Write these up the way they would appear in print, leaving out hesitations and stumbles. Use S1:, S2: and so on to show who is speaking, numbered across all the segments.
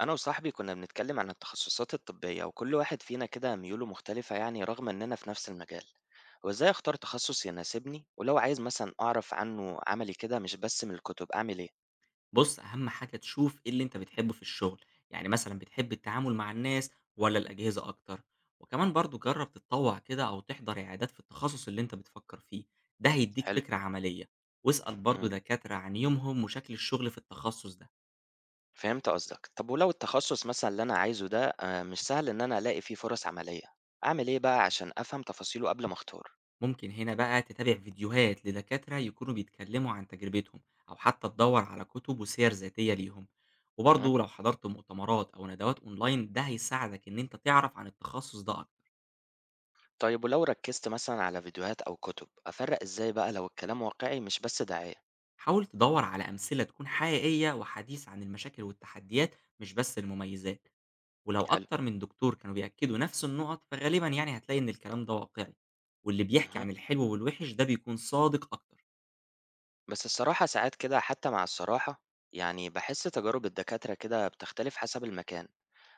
S1: أنا وصاحبي كنا بنتكلم عن التخصصات الطبية، وكل واحد فينا كده ميوله مختلفة، يعني رغم إننا في نفس المجال. وإزاي أختار تخصص يناسبني؟ ولو عايز مثلا أعرف عنه عملي كده، مش بس من الكتب، أعمل إيه؟
S2: بُص، أهم حاجة تشوف إيه اللي أنت بتحبه في الشغل، يعني مثلًا بتحب التعامل مع الناس والّا الأجهزة أكتر؟ وكمان برضه جرّب تتطوّع كده أو تحضر عيادات في التخصص اللي أنت بتفكّر فيه، ده هيدّيك
S1: حلو.
S2: فكرة عملية، واسأل
S1: مم.
S2: برضه دكاترة عن يومهم وشكل الشغل في التخصص ده،
S1: فهمت قصدك. طب ولو التخصص مثلا اللي أنا عايزه ده مش سهل إن أنا ألاقي فيه فرص عملية، أعمل إيه بقى عشان أفهم تفاصيله قبل ما أختار؟
S2: ممكن هنا بقى تتابع فيديوهات لدكاترة يكونوا بيتكلّموا عن تجربتهم، أو حتى تدوّر على كتب وسير ذاتية ليهم،
S1: مم.
S2: وبرضه لو حضرت مؤتمرات أو ندوات أونلاين ده هيساعدك إن أنت تعرف عن التخصص ده أكتر.
S1: طيب ولو ركزت مثلا على فيديوهات أو كتب، أفرق إزاي بقى لو الكلام واقعي مش بس دعاية؟
S2: حاول تدور على أمثلة تكون حقيقية وحديثة عن المشاكل والتحديات مش بس المميزات، ولو
S1: حلو.
S2: أكتر من دكتور كانوا بيأكدوا نفس النقط فغالبا يعني هتلاقي إن الكلام ده واقعي، واللي بيحكي
S1: مهم.
S2: عن الحلو والوحش ده بيكون صادق أكتر.
S1: بس الصراحة ساعات كده، حتى مع الصراحة، يعني بحس تجارب الدكاترة كده بتختلف حسب المكان.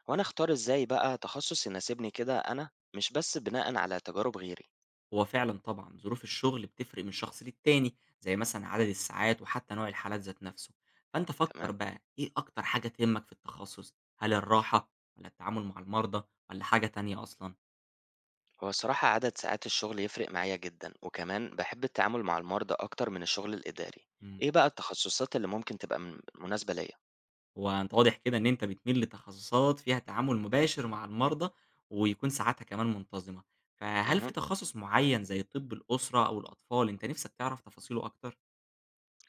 S1: وأنا أختار إزاي بقى تخصص يناسبني كده، أنا مش بس بناء على تجارب غيري؟
S2: هو فعلا طبعا ظروف الشغل بتفرق من شخص للتاني زي مثلا عدد الساعات وحتى نوع الحالات ذات نفسه، فأنت فكر
S1: تمام.
S2: بقى إيه أكتر حاجة تهمك في التخصص، هل الراحة ولا التعامل مع المرضى ولا حاجة تانية أصلا؟
S1: هو الصراحة عدد ساعات الشغل يفرق معايا جدا، وكمان بحب التعامل مع المرضى أكتر من الشغل الإداري. إيه بقى التخصصات اللي ممكن تبقى مناسبة ليا؟
S2: هو أنت واضح كده إن أنت بتميل لتخصصات فيها تعامل مباشر مع المرضى، ويكون ساعاتها كمان منتظمة، فهل في
S1: مه.
S2: تخصص معين زي طب الأسرة أو الأطفال أنت نِفْسك تعرف تفاصيله أكتر؟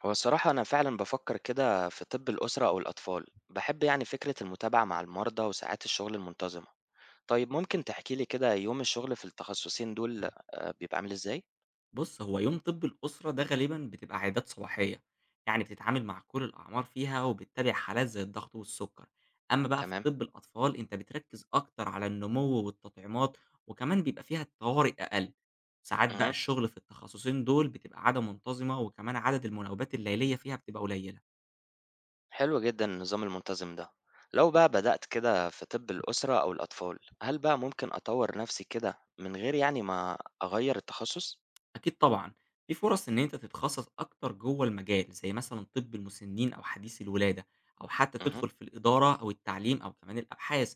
S1: هو الصراحة أنا فعلا بفكر كده في طب الأسرة أو الأطفال، بحب يعني فكرة المتابعة مع المرضى وساعات الشغل المنتظمة. طيب ممكن تحكي لي كده يوم الشغل في التخصصين دول بيبقى عامل إزاي؟
S2: بُص، هو يوم طِب الأسرة ده غالبًا بتبقى عيادات صباحية، يعني بتتعامل مع كل الأعمار فيها وبتتابع حالات زي الضغط والسُكّر، أمّا بقى في
S1: تمام.
S2: طِب الأطفال أنت بتركّز أكتر على النمو والتطعيمات، وكمان بيبقى فيها الطوارئ أقل، ساعات بقى
S1: اهم.
S2: الشغل في التخصصين دول بتبقى عادة منتظمة وكمان عدد المناوبات الليلية فيها بتبقى قليلة.
S1: حلو جدًا النظام المنتظم ده. لو بقى بدأت كده في طِب الأسرة أو الأطفال، هل بقى ممكن أطوّر نفسي كده من غير يعني ما أغيّر التخصص؟
S2: أكيد طبعًا، في فرص إن أنت تتخصص أكتر جوّه المجال، زي مثلًا طب المسنين أو حديث الولادة، أو حتى
S1: اهم.
S2: تدخل في الإدارة أو التعليم أو كمان الأبحاث،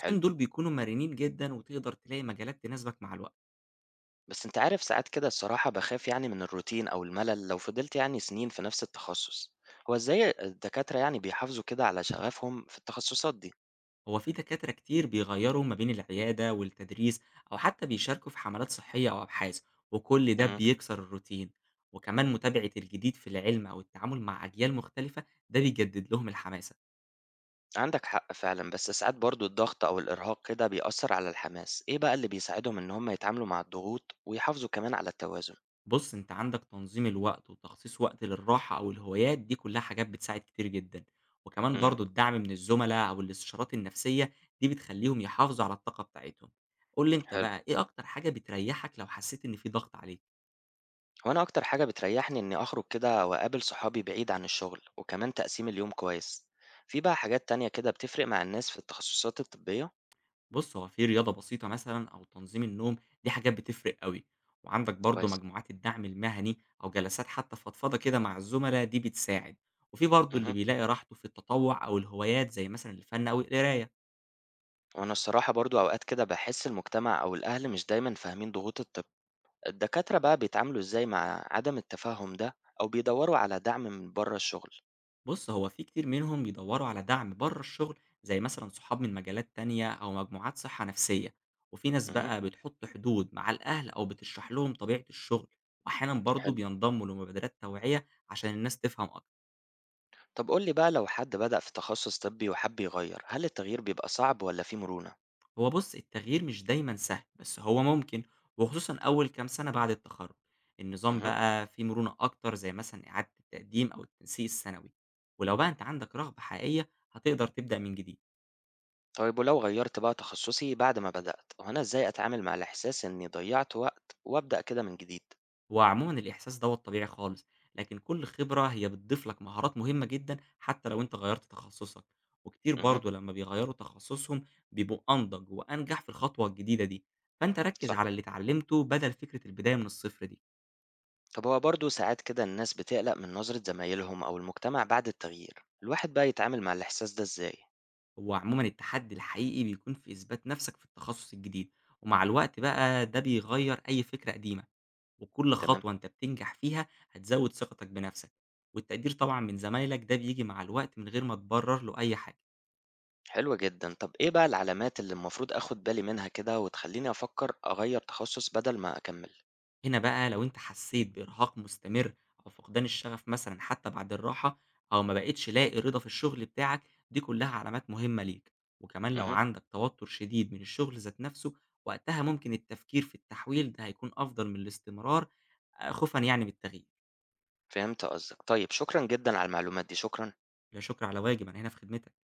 S1: حلو.
S2: دول بيكونوا مرنين جدًا وتقدر تلاقي مجالات تناسبك مع الوقت.
S1: بس أنت عارف ساعات كده، الصراحة باخاف يعني من الروتين أو الملل لو فضلت يعني سنين في نفس التخصص. هو إزاي الدكاترة يعني بيحافظوا كده على شغفهم في التخصصات دي؟
S2: هو في دكاترة كتير بيغيّروا ما بين العيادة والتدريس أو حتى بيشاركوا في حملات صحية أو أبحاث، وكل ده
S1: اهم.
S2: بيكسر الروتين، وكمان متابعة الجديد في العلم أو التعامل مع أجيال مختلفة ده بيجدد لهم الحماسة.
S1: عندك حق فعلا. بس ساعات برضو الضغط أو الإرهاق كده بيأثر على الحماس، إيه بقى اللي بيساعدهم إن هم يتعاملوا مع الضغوط ويحافظوا كمان على التوازن؟
S2: بُص، أنت عندك تنظيم الوقت وتخصيص وقت للراحة أو الهوايات، دي كلها حاجات بتساعد كتير جدًا، وكمان
S1: امم.
S2: برضه الدعم من الزملا أو الاستشارات النفسية، دي بتخلّيهم يحافظوا على الطاقة بتاعتهم. قُل لي أنت
S1: حلو.
S2: بقى إيه أكتر حاجة بتريّحك لو حسيت إن في ضغط عليك؟
S1: وأنا أكتر حاجة بتريحني إني أخرج كده وأقابل صحابي بعيد عن الشغل، وكمان تقسيم اليوم كويس. في بقى حاجات تانية كده بتفرق مع الناس في التخصصات الطبية؟
S2: بُص، هو في رياضة بسيطة مثلًا أو تنظيم النوم، دي حاجات بتفرق أوي، وعندك برضه
S1: كويس.
S2: مجموعات الدعم المهني أو جلسات حتى فضفضة كده مع الزملا، دي بتساعد. وفي برضه اللي
S1: امم.
S2: بيلاقي راحته في التطوع أو الهوايات زي مثلًا الفن أو القراية.
S1: وأنا الصراحة برضو أوقات كده بحس المجتمع أو الأهل مش دايما فاهمين ضغوط الطب. الدكاترة بقى بيتعاملوا إزاي مع عدم التفاهم ده، أو بيدوروا على دعم من بره الشغل؟
S2: بُص، هو في كتير منهم بيدوّروا على دعم برّه الشغل، زي مثلًا صحاب من مجالات تانية أو مجموعات صحة نفسية، وفي ناس
S1: امم.
S2: بقى بتحط حدود مع الأهل أو بتشرح لهم طبيعة الشغل، وأحيانًا برضه
S1: حلو.
S2: بينضموا لمبادرات توعية عشان الناس تفهم أكتر.
S1: طب قول لي بقى، لو حد بدأ في تخصص طبي وحب يغير، هل التغيير بيبقى صعب ولا فيه مرونة؟
S2: هو بُص، التغيير مش دايمًا سهل، بس هو ممكن، وخصوصًا أول كام سنة بعد التخرُّج. النظام
S1: اهم.
S2: بقى فيه مرونة أكتر، زي مثلًا إعادة التقديم أو التنسيق السنوي، ولو بقى أنت عندك رغبة حقيقية هتقدر تبدأ من جديد.
S1: طيب ولو غيرت بقى تخصصي بعد ما بدأت، وأنا إزاي أتعامل مع الإحساس إني ضيعت وقت وأبدأ كده من جديد؟
S2: هو عمومًا الإحساس دوّة طبيعي خالص، لكن كل خبرة هي بتضيف لك مهارات مهمة جدًا حتى لو أنت غيّرت تخصصك، وكتير
S1: اهم.
S2: برضه لمّا بيغيّروا تخصصهم بيبقوا أنضج وأنجح في الخطوة الجديدة دي، فأنت ركّز
S1: صح.
S2: على اللي اتعلمته بدل فكرة البداية من الصفر دي.
S1: طب هو برضه ساعات كده الناس بتقلق من نظرة زمايلهم أو المجتمع بعد التغيير، الواحد بقى يتعامل مع الإحساس ده إزاي؟
S2: هو عمومًا التحدي الحقيقي بيكون في إثبات نفسك في التخصص الجديد، ومع الوقت بقى ده بيغيّر أي فكرة قديمة، وكل
S1: تمام؟
S2: خطوة أنت بتنجح فيها هتزوّد ثقتك بنفسك، والتقدير طبعًا من زمايلك ده بييجي مع الوقت من غير ما تبرر له أي حاجة.
S1: حلو جدا. طب إيه بقى العلامات اللي المفروض آخد بالي منها كده وتخليني أفكر أغير تخصص بدل ما أكمل؟
S2: هنا بقى لو أنت حسيت بإرهاق مستمر أو فقدان الشغف مثلًا حتى بعد الراحة، أو ما بقيتش لاقي رضا في الشغل بتاعك، دي كلها علامات مهمة ليك، وكمان لو
S1: اهم.
S2: عندك توتر شديد من الشغل ذات نفسه، وقتها ممكن التفكير في التحويل ده هيكون أفضل من الاستمرار خوفًا يعني من التغيير.
S1: فهمت قصدك. طيب شكرا جدا على المعلومات دي، شكرا.
S2: لا شكر على واجب، أنا هنا في خدمتك.